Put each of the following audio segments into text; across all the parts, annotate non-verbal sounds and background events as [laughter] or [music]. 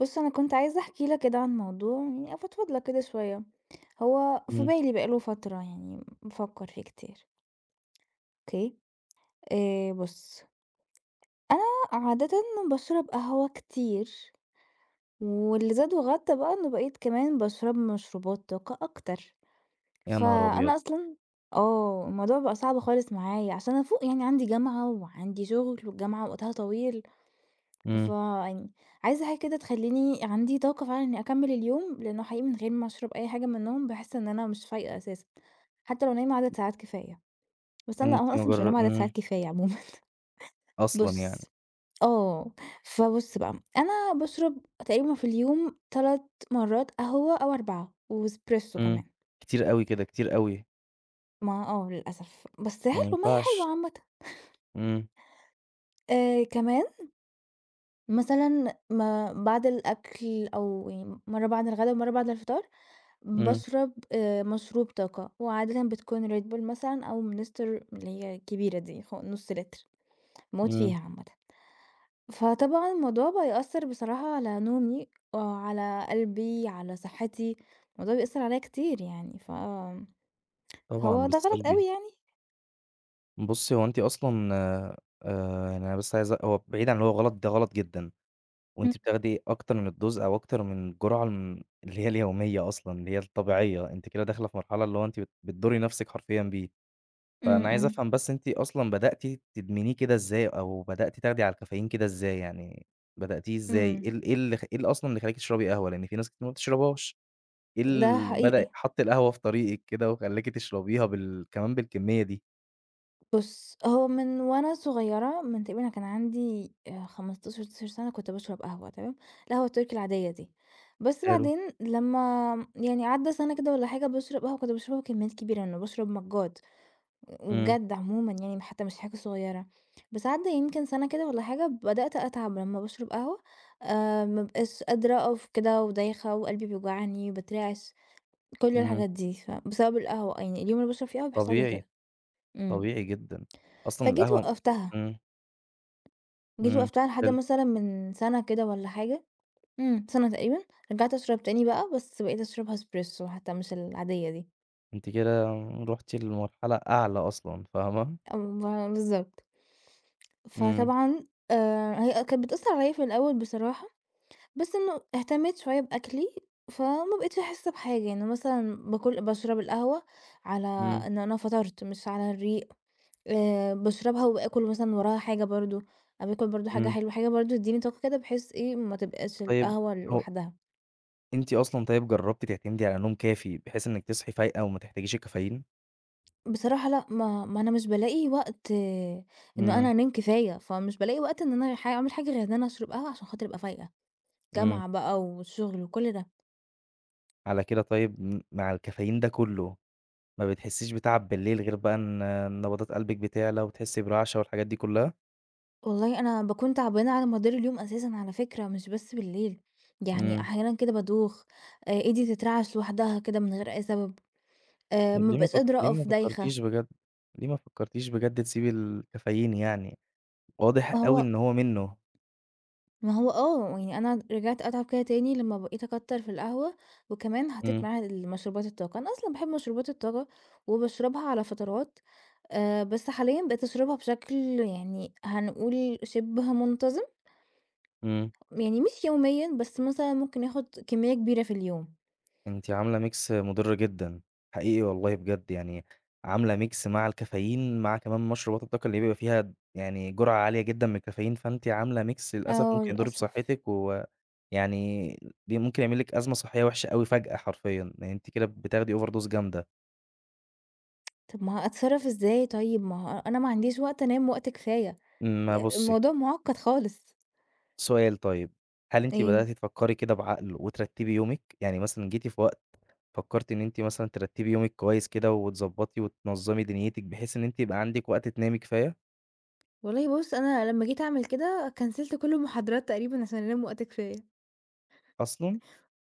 بُص، أنا كنت عايزة أحكي لك كده عن موضوع يعني أفضفض لك كده شوية، هو في إمم. بالي بقى له فترة يعني بافكّر فيه كتير. أوكي. بُص، أنا عادةً باشرب قهوة كتير، واللي زاد وغَطّى بقى إنه بقيت كمان باشرب مشروبات طاقة أكتر. يا نهار أبيض! فأنا أصلًا آه، الموضوع بقى صعب خالص معايا عشان أفوق، يعني عندي جامعة وعندي شغل والجامعة وقتها طويل. إمم. يعني عايزة حاجة كده تخلّيني عندي طاقة فعلًا إني أكمّل اليوم، لإنه حقيقي من غير ما أشرب أي حاجة منّهم باحس إن أنا مش فايقة أساسًا، حتى لو نايمة عدد ساعات كفاية. بس أنا لا، أنا أنتِ ما أصلًا مش جر بانام عدد ساعات إمم، كفاية عمومًا. [laughs] أصلًا يعني. بُص آه، فبُص بقى، أنا باشرب تقريبًا في اليوم 3 مرّات قهوة أو 4 وإسبريسو إمم. كمان. كتير أوي كده، كتير أوي. ما آه، للأسف، بس ما حلو، ما هي حلوة ينفعش. عامةً. إمم، كمان مثلًا ما بعد الأكل، أو يعني مرّة بعد الغدا ومرّة بعد الفطار، إمم، باشرب مشروب طاقة، وعادةً بتكون Red Bull مثلًا أو Monster اللي هي الكبيرة دي، نُص لتر، باموت إمم. فيها عامةً. فطبعًا الموضوع بقى يأثّر بصراحة على نومي، وعلى قلبي، على صحتي، الموضوع بيأثّر عليَّ كتير يعني. طبعًا هو ده غلط بالسلبي. أوي يعني. بُصّي، هو أنتِ أصلًا يعني أنا بس عايز هو بعيد عن اللي هو غلط. ده غلط جدًا. إمم. وأنتِ بتاخدي أكتر من الdose أو أكتر من الجرعة اللي هي اليومية أصلًا، اللي هي الطبيعية. أنتِ كده داخلة في مرحلة اللي هو أنتِ بتضُري نفسِك حرفيًا بيه. إمم. فأنا عايز إمم. أفهم بس أنتِ أصلًا بدأتِ تدمنيه كده إزاي، أو بدأتِ تاخدي على الكافيين كده إزاي، يعني بدأتيه إزاي؟ إيه إمم، ال إيه اللي خ إيه اللي أصلًا اللي خلاكِ تشربي قهوة؟ لأن في ناس كتير ما بتشربهاش. إيه ده اللي حقيقي. بدأ حَط القهوة في طريقِك كده وخلاكِ تشربيها كمان بالكمية دي؟ بُص، هو من وأنا صغيرة، من تقريبًا كان عندي 15، 16 سنة كنت باشرب قهوة، تمام؟ القهوة التركي العادية دي. بس حلو. بعدين لمّا يعني عدّى سنة كده والّا حاجة باشرب قهوة، كنت باشربها بكميات كبيرة، أنا باشرب مجّات، إمم. وبجد عمومًا يعني حتى مش حاجة صغيرة. بس عدّى يمكن سنة كده والّا حاجة بدأت أتعب لمّا باشرب قهوة. ما بابقاش قادرة أقف كده، ودايخة وقلبي بيوجعني، باترعش، كل إمم. الحاجات دي. ف بسبب القهوة، يعني اليوم اللي باشرب فيه قهوة بيحصل لي طبيعي، كده. إمم، طبيعي جدًا. أصلًا فجيت القهوة. وقّفتها. إمم. جيت إمم. وقفتها لحد حلو. مثلًا من سَنة كده والّا حاجة. إمم، سَنة تقريبًا. رجعت أشرب تاني بقى، بس بقيت أشربها Espresso حتى مش العادية دي. أنتِ كده رُحتِ لمرحلة أعلى أصلًا، فاهمة؟ أو ب بالضبط. إمم. فطبعًا هي كانت بتأثّر عليَّ في الأول بصراحة، بس إنه اهتميت شوية بأكلي، فما بقيتش أحس بحاجة. يعني مثلًا باكل باشرب القهوة على إمم. إن أنا فطرت، مش على الريق. باشربها وباكل مثلًا وراها حاجة برضه، أو باكل برضه حاجة إمم. حلوة، حاجة برضه تدّيني طاقة كده، بحيث إيه، ما تبقاش طيب القهوة هو لوحدها. أنتِ أصلًا طيب جرّبتِ تعتمدي على نوم كافي بحيث إنِّك تصحي فايقة وما تحتاجيش الكافيين؟ بصراحة لأ. ما أنا مش بالاقي وقت، آه، إنه إمم. أنا أنام كفاية، فمش بالاقي وقت إن أنا ح أعمل حاجة غير إن أنا أشرب قهوة عشان خاطر أبقى فايقة. إمم. جامعة بقى وشغل وكل ده. على كده طيب مع الكافيين ده كلّه، ما بتحسّيش بتعب بالليل غير بقى إن نبضات قلبِك بتعلى وتحسّي برعشة والحاجات دي كلّها؟ والله أنا باكون تعبانة على مدار اليوم أساسًا، على فكرة، مش بس بالليل. يعني إمم. أحيانًا كده بادوخ، إيدي تترعش لوحدها كده من غير أي سبب، طيب ما بابقاش قادرة أقف، دايخة. ليه ما فكّرتيش بجد تسيبي الكافيين يعني؟ واضح أوي فهو إن هو منّه. ما هو آه، يعني أنا رجعت أتعب كده تاني لمّا بقيت أكتّر في القهوة، وكمان حطيت إمم. معاها المشروبات الطاقة. أنا أصلًا باحب مشروبات الطاقة وباشربها على فترات. بس حاليًا بقيت أشربها بشكل يعني هنقول شِبه منتظم. إمم. يعني مش يوميًا، بس مثلًا ممكن آخُد كمية كبيرة في اليوم. أنتِ عاملة mix مُضِر جدًا. حقيقي والله بجد، يعني عاملة mix مع الكافيين، مع كمان مشروبات الطاقة اللي بيبقى فيها يعني جرعة عالية جدًا من الكافيين، فأنتِ عاملة mix للأسف آه، ممكن يضر للأسف. بصحتِك، ويعني ممكن يعمل لِك أزمة صحية وحشة أوي فجأة حرفيًا. يعني أنتِ كده بتاخدي overdose جامدة. طَب ما أتصرّف إزاي طيب؟ ما هو أنا ما عنديش وقت أنام وقت كفاية. ما بُصّي، الموضوع مُعقّد خالص. سؤال طيب. هل أنتِ إيه؟ بدأتِ تفكّري كده بعقل وترتّبي يومِك؟ يعني مثلًا جيتِ في وقت فكّرتِ إن أنتِ مثلًا ترتّبي يومِك كويس كده وتضبّطي وتنظّمي دنيتِك، بحيث إن أنتِ يبقى عندِك وقت تنامي كفاية؟ والله بُص، أنا لمّا جيت أعمل كده كنسلت كل المحاضرات تقريبًا عشان أنام وقت كفاية. أصلًا؟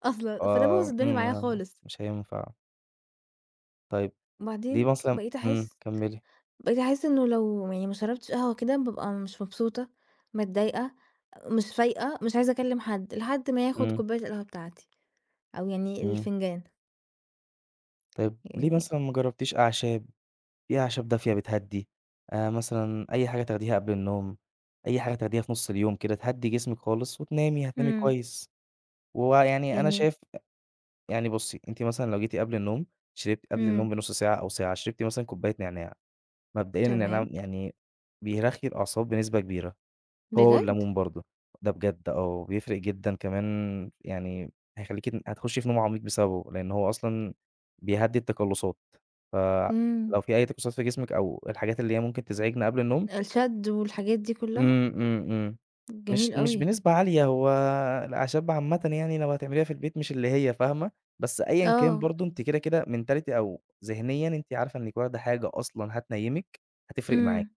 أصلًا، فده بوّظ آه. الدنيا إمم. معايا آه. خالص. مش هينفع. طيب ليه وبعدين مثلًا بقيت إمم، أحس كمّلي. بقيت أحس إنه لو يعني ما شربتش قهوة كده بابقى مش مبسوطة، متضايقة، مش فايقة، مش عايزة أكلم حد، لحد ما ياخد إمم. كوباية القهوة بتاعتي أو يعني إمم. الفنجان. طيب ليه يعني مثلًا ما جرّبتيش أعشاب؟ في أعشاب دافية بتهدّي. مثلًا أي حاجة تاخديها قبل النوم، أي حاجة تاخديها في نُص اليوم كده تهدّي جسمِك خالص وتنامي، هتنامي إمم. كويس. ويعني أنا يعني شايف يعني بُصّي، أنتِ مثلًا لو جيتِ قبل النوم، شربتِ قبل النوم إمم، بنُص ساعة أو ساعة، شربتِ مثلًا كوباية نعناع. مبدئيًا النعناع تمام، يعني بيرخّي الأعصاب بنسبة كبيرة. هو بجد! والليمون برضه، ده بجد آه، بيفرق جدًا كمان، يعني هيخلّيكِ هتخشي في نوم عميق بسببه، لإن هو أصلًا بيهدّي التقلُّصات. إمم، فلو في أي تقلُّصات في جسمِك أو الحاجات اللي هي ممكن تزعجنا قبل النوم. الشَد والحاجات دي كلها؟ إمم. إمم. إمم. مش جميل مش أوي. بنسبة عالية. هو الأعشاب عامةً، يعني لو هتعمليها في البيت مش اللي هي فاهمة. بس أيًا كان آه، برضه، أنتِ كده mentality أو ذهنيًا أنتِ عارفة إنِّك واخدة حاجة أصلًا هتنيّمِك، هتفرق معاكِ. إمم،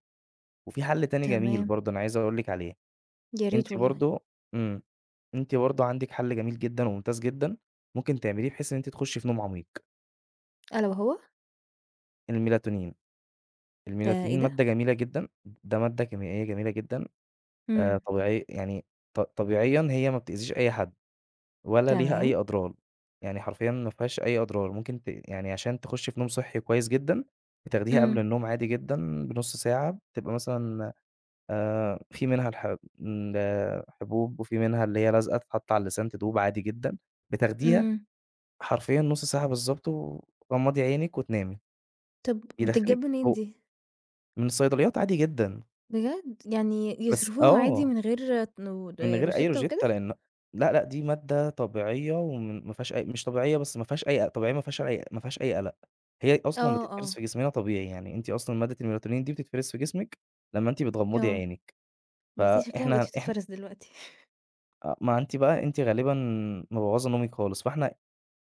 وفي حَل تاني جميل تمام، برضه أنا عايز أقول لِك عليه. يا ريت أنتِ والله. برضه إمم. أنتِ برضه عندِك حل جميل جدًا وممتاز جدًا، ممكن تعمليه بحيث إن أنتِ تخشي في نوم عميق. ألا وهو؟ الميلاتونين. ده إيه الميلاتونين ده؟ مادة جميلة جدًا. ده مادة كيميائية جميلة جدًا، إمم. طبيعية، يعني طبيعيًا هي ما بتأذيش أي حد ولا ليها تمام. أي أضرار. يعني حرفيًا ما فيهاش أي أضرار. ممكن يعني عشان تخشي في نوم صحّي كويس جدًا. بتاخديها قبل إمم، النوم عادي جدًا بنُص ساعة. بتبقى مثلًا في منها الحبوب، وفي منها اللي هي لازقة تتحط على اللسان تدوب عادي جدًا. بتاخديها إمم. حرفيًا نُص ساعة بالضبط، وغمّضي عينِك وتنامي. طب بتتجاب منين هو دي؟ من الصيدليات عادي جدًا. بجد؟ يعني بس يصرفوها عادي آه، من غير تنو من غير أي روشتة روجيتا. وكده؟ لأ، لأ، دي مادة طبيعية، وم ما فيهاش أي مش طبيعية بس ما فيهاش أي قلق. هي أصلًا آه، بتتفرز آه. في جسمنا طبيعي، يعني أنتِ أصلًا مادة الMelatonin دي بتتفرز في جسمِك لمّا أنتِ بتغمّضي آه. عينِك. بس هي شكلها ما فإحنا بقتش إحن تتفرّز دلوقتي. آه، ما أنتِ بقى، أنتِ غالبًا مبوّظة نومِك خالص. فإحنا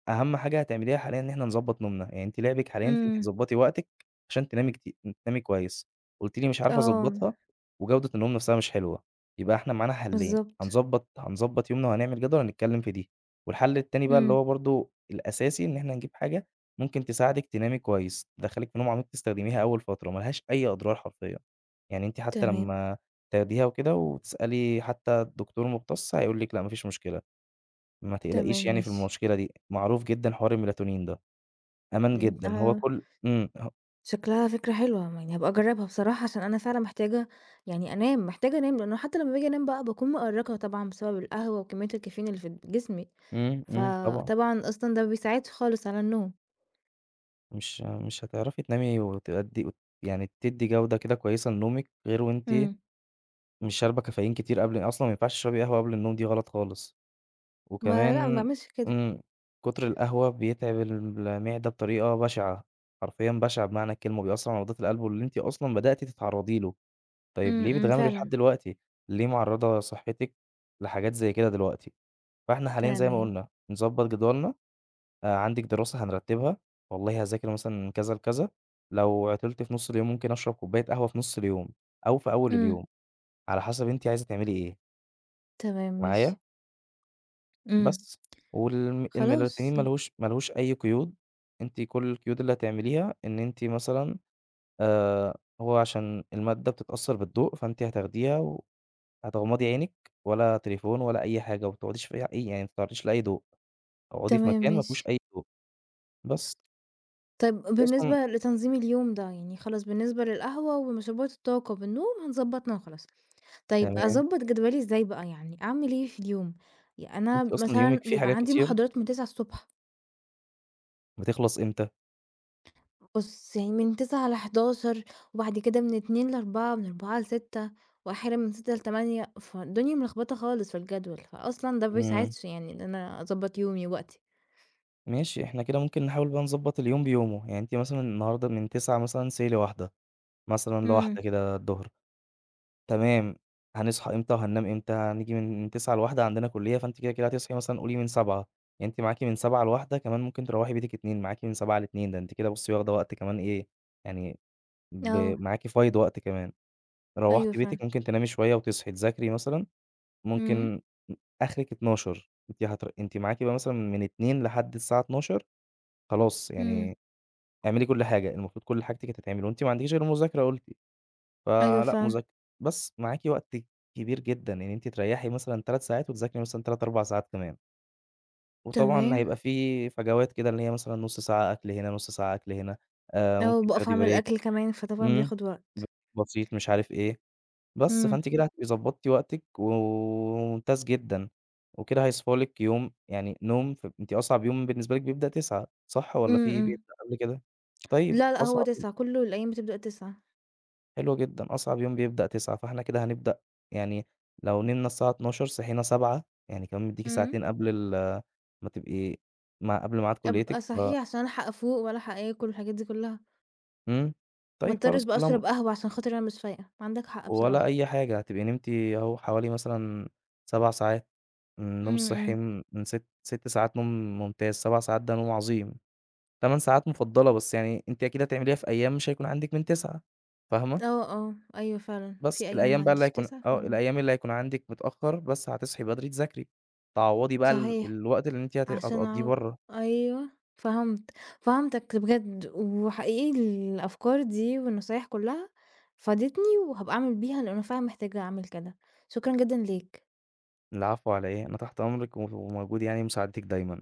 أهم حاجة هتعمليها حاليًا إن إحنا نضبّط نومنا. يعني أنتِ لعبِك حاليًا إن أنتِ إمم. تضبّطي وقتِك عشان تنامي كويس. قُلتِ لي مش عارفة آه، أضبّطها، وجودة النوم نفسها مش حلوة. يبقى إحنا معانا حلّين: بالضبط. هنضبّط يومنا، وهنعمل جدول هنتكلّم في دي. والحل التاني بقى، اللي إمم. هو برضه الأساسي، إن إحنا نجيب حاجة ممكن تساعدِك تنامي كويس، تدخّلِك في نوم عميق تستخدميها أول فترة، ما لهاش أي أضرار حرفيًا. يعني أنتِ حتى تمام. لمّا تاخديها وكده وتسألي حتى الدكتور المختص هيقول لِك لأ ما فيش مشكلة. ما تقلقيش تمام يعني في ماشي. المشكلة دي، معروف جدًا حوار الMelatonin ده، أمان إمم، جدًا. هو آه، كل إمم، ه شكلها فكرة حلوة، يعني هابقى أجرّبها بصراحة، عشان أنا فعلًا محتاجة يعني أنام، محتاجة أنام، لإنه حتى لمّا باجي أنام بقى باكون مأرّقة طبعًا بسبب القهوة وكمية الكافيين اللي في جسمي. إمم، إمم. طبعًا. فطبعًا أصلًا ده ما بيساعدش خالص على النوم. مش هتعرفي تنامي وتأدي يعني تدّي جودة كده كويسة لنومِك، غير وأنتِ إمم. مش شاربة كافيين كتير قبل. أصلًا ما ينفعش تشربي قهوة قبل النوم، دي غلط خالص. ما لأ، ما وكمان باعملش كده. إمم، كتر القهوة بيتعب المعدة بطريقة بشعة. حرفيًا بشعة بمعنى الكلمة. بيأثّر على عضلات القلب واللي أنتِ أصلًا بدأتِ تتعرّضي له. طيب إمم، ليه إمم، بتغامري لحد فعلًا. دلوقتي؟ ليه معرّضة صحتِك لحاجات زي كده دلوقتي؟ فإحنا حاليًا زي ما تمام. قُلنا، نضبّط جدولنا. عندِك دراسة هنرتّبها. والله هاذاكر مثلًا من كذا لكذا. لو عطلت في نُص اليوم ممكن أشرب كوباية قهوة في نُص اليوم، أو في أول إمم. اليوم، على حسب أنتِ عايزة تعملي إيه. تمام ماشي. معايا؟ إمم. بس. الMelatonin خلاص ما يعني. لهوش ما لهوش أي قيود. أنتِ كل القيود اللي هتعمليها إن أنتِ مثلًا هو عشان المادة بتتأثّر بالضوء. فأنتِ هتاخديها وهتغمضي عينِك، ولا تليفون ولا أي حاجة، وما تقعديش في أي يعني ما تتعرّضيش لأي ضوء. اقعدي في تمام مكان ما ماشي. فيهوش أي ضوء. بس. طيب أنتِ أصلًا بالنسبة لتنظيم اليوم ده، يعني خلاص بالنسبة للقهوة ومشروبات الطاقة بالنوم هنضبّطنا وخلاص. طيب تمام. أضبّط جدولي إزاي بقى يعني؟ أعمل إيه في اليوم؟ أنتِ أنا أصلًا مثلًا يومِك فيه بيبقى حاجات عندي كتير، محاضرات من 09:00 ص. بتخلص إمتى؟ بُص، يعني من 09:00 ل11:00 وبعد كده من 14:00 ل16:00 ومن 16:00 ل18:00 وأحيانًا من 18:00 ل20:00. فالدنيا ملخبطة خالص في الجدول، فأصلًا ده ما إمم. بيساعدش يعني إن أنا أضبّط يومي ووقتي. ماشي، إحنا كده ممكن نحاول بقى نضبّط اليوم بيومه. يعني أنتِ مثلًا النهارده من 09:00 مثلًا ل13:00 إمم. كده الضهر. تمام. هنصحى إمتى وهننام إمتى؟ هنيجي من 09:00 ل13:00 عندنا كلية. فأنتِ كده هتصحي مثلًا قولي من 07:00. يعني أنتِ معاكِ من 07:00 ل13:00، كمان ممكن تروّحي بيتِك 14:00. معاكِ من 07:00 ل14:00. ده أنتِ كده بُصّي واخدة وقت كمان إيه. يعني آه، معاكِ فايض وقت كمان. أيوه روّحتِ بيتِك، فعلًا. ممكن تنامي شوية وتصحي تذاكري مثلًا. إمم، ممكن آخرِك 12:00. أنتِ معاكِ بقى مثلًا من 14:00 لحد الساعة 12:00. خلاص إمم. يعني اعملي كل حاجة. المفروض كل حاجتِك هتتعمل، وأنتِ ما عندكيش غير المذاكرة قُلتِ. أيوه فلأ فعلًا، مذاكرة، بس معاكِ وقت كبير جدًا إن أنتِ تريّحي مثلًا 3 ساعات وتذاكري مثلًا 3، 4 ساعات كمان. وطبعًا تمام. هيبقى في فجوات كده اللي هي مثلًا نُص ساعة أكل هنا، نُص ساعة أكل هنا. آه، ممكن وباقف تاخدي أعمل أكل كمان، فطبعًا إمم، بياخد break وقت. بسيط مش عارف إيه. بس. إمم. فأنتِ كده هتبقي ضبّطتِ وقتِك وممتاز جدًا. وكده هيصفى لِك يوم يعني نوم، أنتِ أصعب يوم بالنسبة لِك بيبدأ 9. صح والّا إمم، في إمم. بيبدأ قبل كده؟ طيب لا، لأ، هو أصعب 09:00 كل الأيام بتبدأ 09:00. حلو جدًا. أصعب يوم بيبدأ 9 فإحنا كده هنبدأ. يعني لو نمنا الساعة 12:00 صحينا 7:00، يعني كمان مدّيكِ إمم. ساعتين قبل ما تبقي مع قبل ميعاد أبقى كليتِك ف. صحيح عشان ألحق أفوق وألحق آكل والحاجات دي كلّها، إمم. ما طيب اضطرش خلاص بقى كلها أشرب قهوة عشان خاطر أنا مش فايقة. عندك حق ولا بصراحة. أي حاجة. هتبقي نمتِ أهو حوالي مثلًا 7 ساعات. النوم إمم، الصحي إمم. من 6 ساعات نوم ممتاز. 7 ساعات ده نوم عظيم. 8 ساعات مفضلة بس يعني أنتِ أكيد هتعمليها في أيام مش هيكون عندِك من 9. فاهمة؟ آه، آه، أيوه فعلًا، بس في أيام ما عنديش 9 ف الأيام اللي هيكون عندِك متأخر، بس هتصحي بدري تذاكري، تعوّضي بقى ال صحيح، الوقت اللي أنتِ هت عشان هتقضّيه أعو برّه. أيوه، فهمت، فهمتك بجد، وحقيقي الأفكار دي والنصايح كلها فادتني، وهابقى أعمل بيها، لأن أنا فعلًا محتاجة أعمل كده. شكرًا جدًا ليك. العفو على إيه. أنا تحت أمرِك وموجود يعني لمساعدتِك دايمًا.